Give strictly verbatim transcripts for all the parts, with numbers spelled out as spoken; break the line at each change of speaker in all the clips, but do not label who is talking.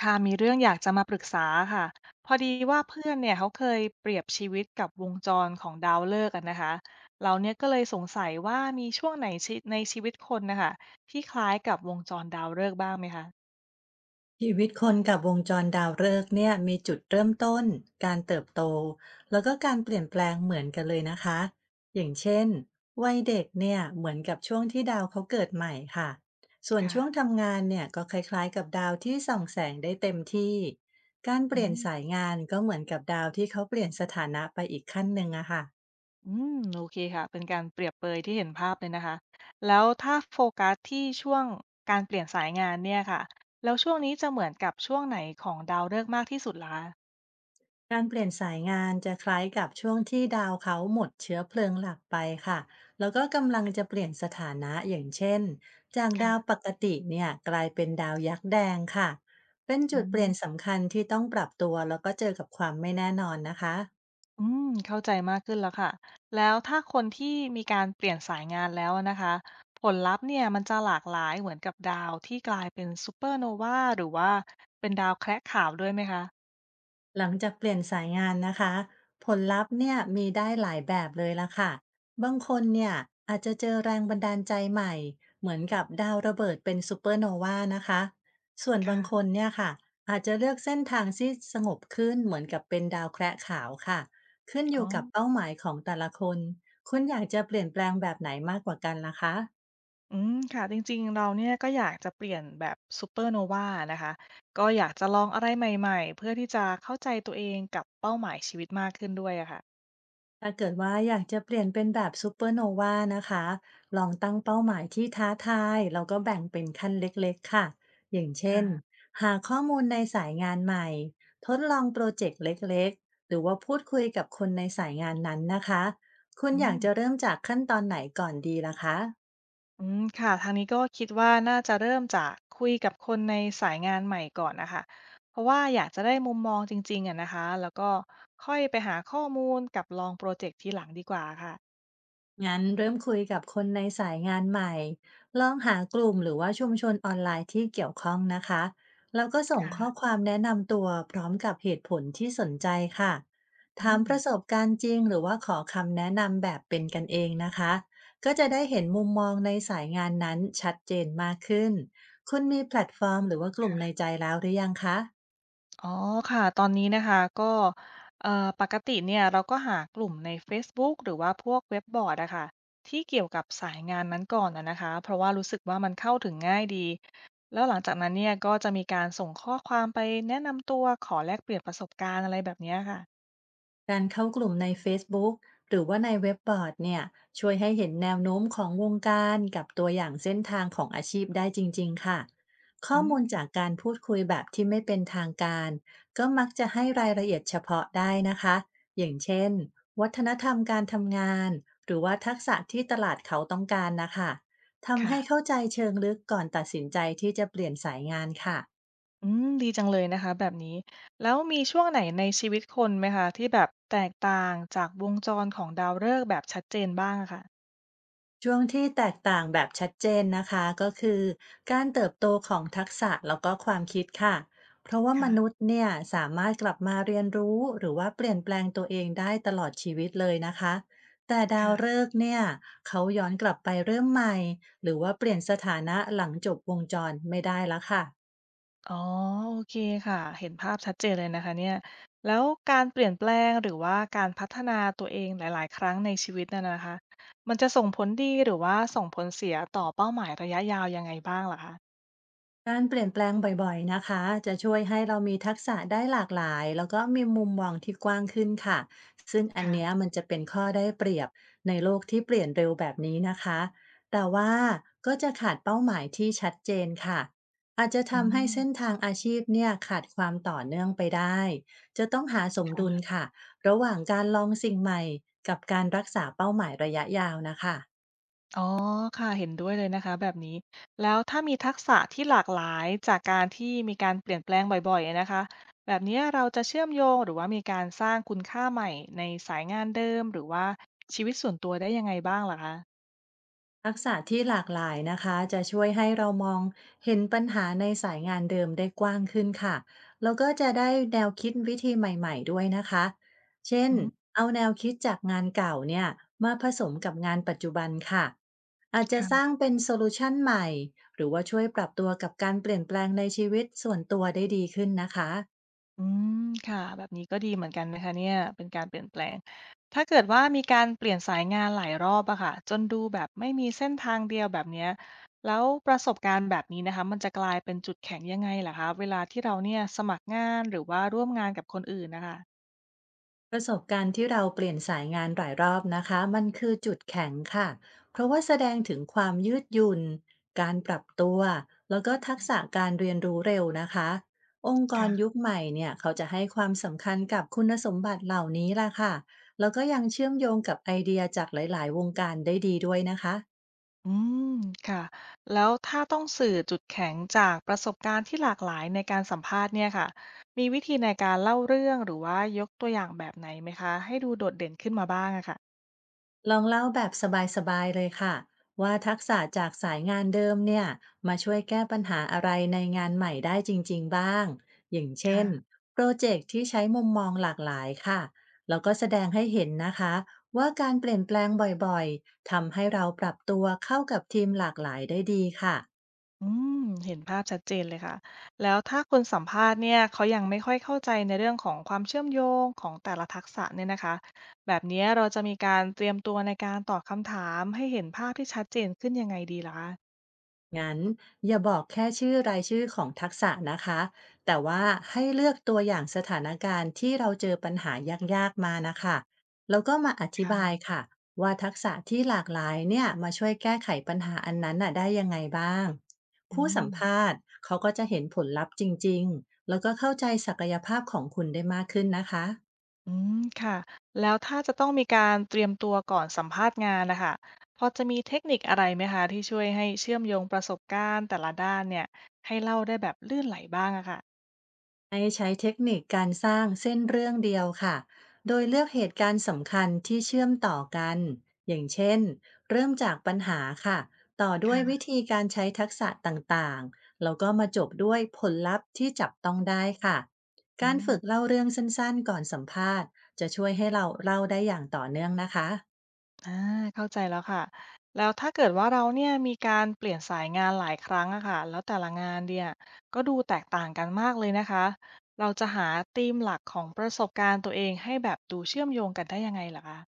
ค่ะมีเรื่องอยากจะมาปรึกษาค่ะพอดีว่าเพื่อนเนี่ยเขาเคยเปรียบชีวิตกับวงจรของดาวฤกษ์กันนะคะเราเนี่ยก็เลยสงสัยว่ามีช่วงไหนชีในชีวิตคนนะคะที่คล้ายกับวงจรดาวฤกษ์บ้างไหมคะ
ชีวิตคนกับวงจรดาวฤกษ์เนี่ยมีจุดเริ่มต้นการเติบโตแล้วก็การเปลี่ยนแปลงเหมือนกันเลยนะคะอย่างเช่นวัยเด็กเนี่ยเหมือนกับช่วงที่ดาวเขาเกิดใหม่ค่ะส่วนช่วง
ค่ะ
ทำงานเนี่ยก็คล้ายๆกับดาวที่ส่องแสงได้เต็มที่การเป
อื
ลี่ยน
ม
สายงานก็เหมือนกับดาวที่เขาเปลี่ยนสถานะไปอีกขั้นหนึ่งอะค่ะ
อืมโอเคค่ะเป็นการเปรียบเปรยที่เห็นภาพเลยนะคะแล้วถ้าโฟกัสที่ช่วงการเปลี่ยนสายงานเนี่ยค่ะแล้วช่วงนี้จะเหมือนกับช่วงไหนของดาวฤกษ์มากที่สุดล่ะคะ
การเปลี่ยนสายงานจะคล้ายกับช่วงที่ดาวเขาหมดเชื้อเพลิงหลักไปค่ะแล้วก็กำลังจะเปลี่ยนสถานะอย่างเช่นจากดาว
ค่ะ
ปกติเนี่ยกลายเป็นดาวยักษ์แดงค่ะ เป็น
อื
จุดเปลี่ยน
ม
สำคัญที่ต้องปรับตัวแล้วก็เจอกับความไม่แน่นอนนะคะ
อืมเข้าใจมากขึ้นแล้วค่ะ แล้วถ้าคนที่มีการเปลี่ยนสายงานแล้วนะคะผลลัพธ์เนี่ยมันจะหลากหลายเหมือนกับดาวที่กลายเป็นซูเปอร์โนวาหรือว่าเป็นดาวแคระขาวด้วยไหมคะ
หลังจากเปลี่ยนสายงานนะคะผลลัพธ์เนี่ยมีได้หลายแบบเลยละค่ะบางคนเนี่ยอาจจะเจอแรงบันดาลใจใหม่เหมือนกับดาวระเบิดเป็นซูเปอร์โนวานะคะส่วนบางคน
ค่ะ
เนี่ยค่ะอาจจะเลือกเส้นทางที่สงบขึ้นเหมือนกับเป็นดาวแคระขาวค่ะขึ้นอ
อ๋อ
ยู่กับเป้าหมายของแต่ละคนคุณอยากจะเปลี่ยนแปลงแบบไหนมากกว่ากันล่ะคะ
อืมค่ะจริงๆเราเนี่ยก็อยากจะเปลี่ยนแบบซูเปอร์โนวานะคะก็อยากจะลองอะไรใหม่ๆเพื่อที่จะเข้าใจตัวเองกับเป้าหมายชีวิตมากขึ้นด้วยอะค่ะ
ถ้าเกิดว่าอยากจะเปลี่ยนเป็นแบบซูเปอร์โนวานะคะลองตั้งเป้าหมายที่ท้าทายแล้วก็แบ่งเป็นขั้นเล็กๆค่ะอย่างเช่น
ค่ะ
หาข้อมูลในสายงานใหม่ทดลองโปรเจกต์เล็กๆหรือว่าพูดคุยกับคนในสายงานนั้นนะคะคุณ
อื
อยาก
ม
จะเริ่มจากขั้นตอนไหนก่อนดีล่ะคะ
อืมค่ะทางนี้ก็คิดว่าน่าจะเริ่มจากคุยกับคนในสายงานใหม่ก่อนนะคะเพราะว่าอยากจะได้มุมมองจริงๆอะนะคะแล้วก็ค่อยไปหาข้อมูลกับลองโปรเจกต์ทีหลังดีกว่าค่ะ
งั้นเริ่มคุยกับคนในสายงานใหม่ ลองหากลุ่มหรือว่าชุมชนออนไลน์ที่เกี่ยวข้องนะคะแล้วก็ส่งข้อ
ค่ะ
ความแนะนำตัวพร้อมกับเหตุผลที่สนใจค่ะ
อื
ถาม
ม
ประสบการณ์จริงหรือว่าขอคำแนะนำแบบเป็นกันเองนะคะ ก็จะได้เห็นมุมมองในสายงานนั้นชัดเจนมากขึ้น คุณมีแพลตฟอร์มหรือว่ากลุ่มใน
ค่ะ
ใจแล้วหรือยังคะ
อ๋อค่ะตอนนี้นะคะก็เอ่อปกติเนี่ยเราก็หากลุ่มใน Facebook หรือว่าพวกเว็บบอร์ดอะค่ะที่เกี่ยวกับสายงานนั้นก่อนอะนะคะเพราะว่ารู้สึกว่ามันเข้าถึงง่ายดีแล้วหลังจากนั้นเนี่ยก็จะมีการส่งข้อความไปแนะนำตัวขอแลกเปลี่ยนประสบการณ์อะไรแบบเนี้ยค่ะ
การเข้ากลุ่มในเฟซบุ๊กหรือว่าในเว็บบอร์ดเนี่ยช่วยให้เห็นแนวโน้มของวงการกับตัวอย่างเส้นทางของอาชีพได้จริงๆค่ะข้อ
อื
มู
ม
ลจากการพูดคุยแบบที่ไม่เป็นทางการก็มักจะให้รายละเอียดเฉพาะได้นะคะอย่างเช่นวัฒนธรรมการทำงานหรือว่าทักษะที่ตลาดเขาต้องการนะคะทำ
ค่ะ
ให้เข้าใจเชิงลึกก่อนตัดสินใจที่จะเปลี่ยนสายงานค่ะ
อืมดีจังเลยนะคะแบบนี้แล้วมีช่วงไหนในชีวิตคนไหมคะที่แบบแตกต่างจากวงจรของดาวฤกษ์แบบชัดเจนบ้างอะค่ะ
ช่วงที่แตกต่างแบบชัดเจนนะคะก็คือการเติบโตของทักษะแล้วก็ความคิดค่ะเพราะว่าม
ค่ะ
นุษย์เนี่ยสามารถกลับมาเรียนรู้หรือว่าเปลี่ยนแปลงตัวเองได้ตลอดชีวิตเลยนะคะแต่ดาวฤ
ค่ะ
กษ์เนี่ยเขาย้อนกลับไปเริ่มใหม่หรือว่าเปลี่ยนสถานะหลังจบวงจรไม่ได้ละค่ะ
อ๋อโอเคค่ะเห็นภาพชัดเจนเลยนะคะเนี่ยแล้วการเปลี่ยนแปลงหรือว่าการพัฒนาตัวเองหลายๆ ครั้งในชีวิตน่ะนะคะมันจะส่งผลดีหรือว่าส่งผลเสียต่อเป้าหมายระยะยาวยังไงบ้างเหรอคะ
การเปลี่ยนแปลงบ่อยๆนะคะจะช่วยให้เรามีทักษะได้หลากหลายแล้วก็มีมุมมองที่กว้างขึ้นค่ะซึ่งอันเนี้ย
ค่ะ
มันจะเป็นข้อได้เปรียบในโลกที่เปลี่ยนเร็วแบบนี้นะคะแต่ว่าก็จะขาดเป้าหมายที่ชัดเจนค่ะอาจจะ
อื
ทำให้เส้น
ม
ทางอาชีพเนี่ยขาดความต่อเนื่องไปได้จะต้องหาสมดุล
ค่ะ
ค่ะระหว่างการลองสิ่งใหม่กับการรักษาเป้าหมายระยะยาวนะคะ
อ๋อค่ะเห็นด้วยเลยนะคะแบบนี้แล้วถ้ามีทักษะที่หลากหลายจากการที่มีการเปลี่ยนแปลงบ่อยๆอะนะคะแบบเนี้ยเราจะเชื่อมโยงหรือว่ามีการสร้างคุณค่าใหม่ในสายงานเดิมหรือว่าชีวิตส่วนตัวได้ยังไงบ้างเหรอคะ
ทักษะที่หลากหลายนะคะจะช่วยให้เรามองเห็นปัญหาในสายงานเดิมได้กว้างขึ้นค่ะแล้วก็จะได้แนวคิดวิธีใหม่ๆด้วยนะคะเช่น
อืม
เอาแนวคิดจากงานเก่าเนี่ยมาผสมกับงานปัจจุบันค่ะอาจจะสร้า
ค่ะ
งเป็นโซลูชันใหม่หรือว่าช่วยปรับตัวกับการเปลี่ยนแปลงในชีวิตส่วนตัวได้ดีขึ้นนะคะ
อืมค่ะแบบนี้ก็ดีเหมือนกันนะคะเนี่ยเป็นการเปลี่ยนแปลงถ้าเกิดว่ามีการเปลี่ยนสายงานหลายรอบอะค่ะจนดูแบบไม่มีเส้นทางเดียวแบบเนี้ยแล้วประสบการณ์แบบนี้นะคะมันจะกลายเป็นจุดแข็งยังไงเหรคะเวลาที่เราเนี่ยสมัครงานหรือว่าร่วมงานกับคนอื่นนะคะ
ประสบการณ์ที่เราเปลี่ยนสายงานหลายรอบนะคะมันคือจุดแข็งค่ะเพราะว่าแสดงถึงความยืดหยุ่นการปรับตัวแล้วก็ทักษะการเรียนรู้เร็วนะคะองค์กร
ค่ะ
ยุคใหม่เนี่ยเขาจะให้ความสำคัญกับคุณสมบัติเหล่านี้ล่ะค่ะแล้วก็ยังเชื่อมโยงกับไอเดียจากหลายๆวงการได้ดีด้วยนะคะ
อืมค่ะแล้วถ้าต้องสื่อจุดแข็งจากประสบการณ์ที่หลากหลายในการสัมภาษณ์เนี่ยค่ะมีวิธีในการเล่าเรื่องหรือว่ายกตัวอย่างแบบไหนไหมคะให้ดูโดดเด่นขึ้นมาบ้างอะค่ะ
ลองเล่าแบบสบายๆเลยค่ะว่าทักษะจากสายงานเดิมเนี่ยมาช่วยแก้ปัญหาอะไรในงานใหม่ได้จริงๆบ้างอย่างเช่
ค่ะ
นโปรเจกต์ที่ใช้มุมมองหลากหลายค่ะแล้วก็แสดงให้เห็นนะคะว่าการเปลี่ยนแปลงบ่อยๆทำให้เราปรับตัวเข้ากับทีมหลากหลายได้ดีค่ะ
อืมเห็นภาพชัดเจนเลยค่ะแล้วถ้าคนสัมภาษณ์เนี่ยเขายังไม่ค่อยเข้าใจในเรื่องของความเชื่อมโยงของแต่ละทักษะเนี่ยนะคะแบบเนี้ยเราจะมีการเตรียมตัวในการตอบคำถามให้เห็นภาพที่ชัดเจนขึ้นยังไงดีล่ะคะ
งั้นอย่าบอกแค่ชื่อรายชื่อของทักษะนะคะแต่ว่าให้เลือกตัวอย่างสถานการณ์ที่เราเจอปัญหายากๆมานะคะแล้วก็มาอธิบาย
ค่ะ
ค่ะว่าทักษะที่หลากหลายเนี่ยมาช่วยแก้ไขปัญหาอันนั้นน่ะได้ยังไงบ้าง
อื
ผู้สั
ม
มภาษณ์เขาก็จะเห็นผลลัพธ์จริงๆแล้วก็เข้าใจศักยภาพของคุณได้มากขึ้นนะคะ
อืมค่ะแล้วถ้าจะต้องมีการเตรียมตัวก่อนสัมภาษณ์งานนะคะพอจะมีเทคนิคอะไรไหมคะที่ช่วยให้เชื่อมโยงประสบการณ์แต่ละด้านเนี่ยให้เล่าได้แบบลื่นไหลบ้างอะค่ะ
ให้ใช้เทคนิคการสร้างเส้นเรื่องเดียวค่ะโดยเลือกเหตุการณ์สำคัญที่เชื่อมต่อกันอย่างเช่นเริ่มจากปัญหาค่ะต่อด้วยวิ
ค่ะ
ธีการใช้ทักษะต่างๆแล้วก็มาจบด้วยผลลัพธ์ที่จับต้องได้ค่ะ
อื
การ
ม
ฝึกเล่าเรื่องสั้นๆก่อนสัมภาษณ์จะช่วยให้เราเล่าได้อย่างต่อเนื่องนะคะ
อาเข้าใจแล้วค่ะ แล้วถ้าเกิดว่าเราเนี่ยมีการเปลี่ยนสายงานหลายครั้งอะค่ะแล้วแต่ละงานเนี่ยก็ดูแตกต่างกันมากเลยนะคะ เราจะหาธีมหลักของประสบการณ์ตัวเองให้แบบดูเชื่อมโยงกันได้ยังไงเหรอคะ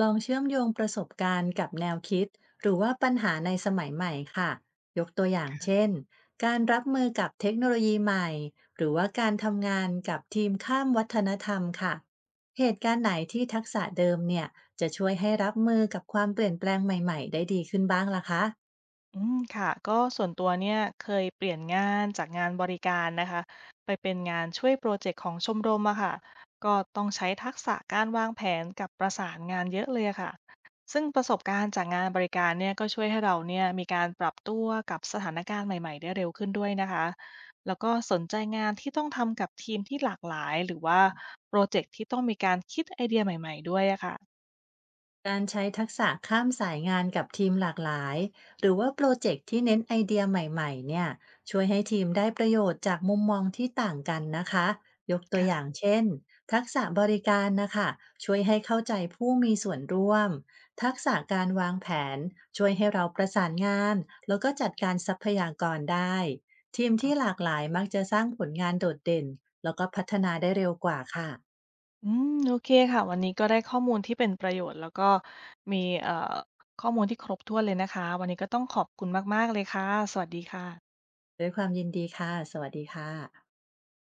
ลองเชื่อมโยงประสบการณ์กับแนวคิดหรือว่าปัญหาในสมัยใหม่ค่ะ ยกตัวอย่างเช่น การรับมือกับเทคโนโลยีใหม่หรือว่าการทำงานกับทีมข้ามวัฒนธรรมค่ะ เหตุการณ์ไหนที่ทักษะเดิมเนี่ยจะช่วยให้รับมือกับความเปลี่ยนแปลงใหม่ๆได้ดีขึ้นบ้างล่ะคะ
อืมค่ะก็ส่วนตัวเนี่ยเคยเปลี่ยนงานจากงานบริการนะคะไปเป็นงานช่วยโปรเจกต์ของชมรมอะค่ะก็ต้องใช้ทักษะการวางแผนกับประสานงานเยอะเลยอะค่ะซึ่งประสบการณ์จากงานบริการเนี่ยก็ช่วยให้เราเนี่ยมีการปรับตัวกับสถานการณ์ใหม่ๆได้เร็วขึ้นด้วยนะคะแล้วก็สนใจงานที่ต้องทำกับทีมที่หลากหลายหรือว่าโปรเจกต์ที่ต้องมีการคิดไอเดียใหม่ๆด้วยอะค่ะ
การใช้ทักษะข้ามสายงานกับทีมหลากหลายหรือว่าโปรเจกต์ที่เน้นไอเดียใหม่ๆเนี่ยช่วยให้ทีมได้ประโยชน์จากมุมมองที่ต่างกันนะคะยกตัวอย่าง
ค่ะ
เช่นทักษะบริการนะคะช่วยให้เข้าใจผู้มีส่วนร่วมทักษะการวางแผนช่วยให้เราประสานงานแล้วก็จัดการทรัพยากรได้ทีมที่หลากหลายมักจะสร้างผลงานโดดเด่นแล้วก็พัฒนาได้เร็วกว่าค่ะ
อืมโอเคค่ะวันนี้ก็ได้ข้อมูลที่เป็นประโยชน์แล้วก็มีเอ่อข้อมูลที่ครบถ้วนเลยนะคะวันนี้ก็ต้องขอบคุณมากๆเลยค่ะสวัสดีค่ะ
ด้วยความยินดีค่ะสวัสดีค่ะ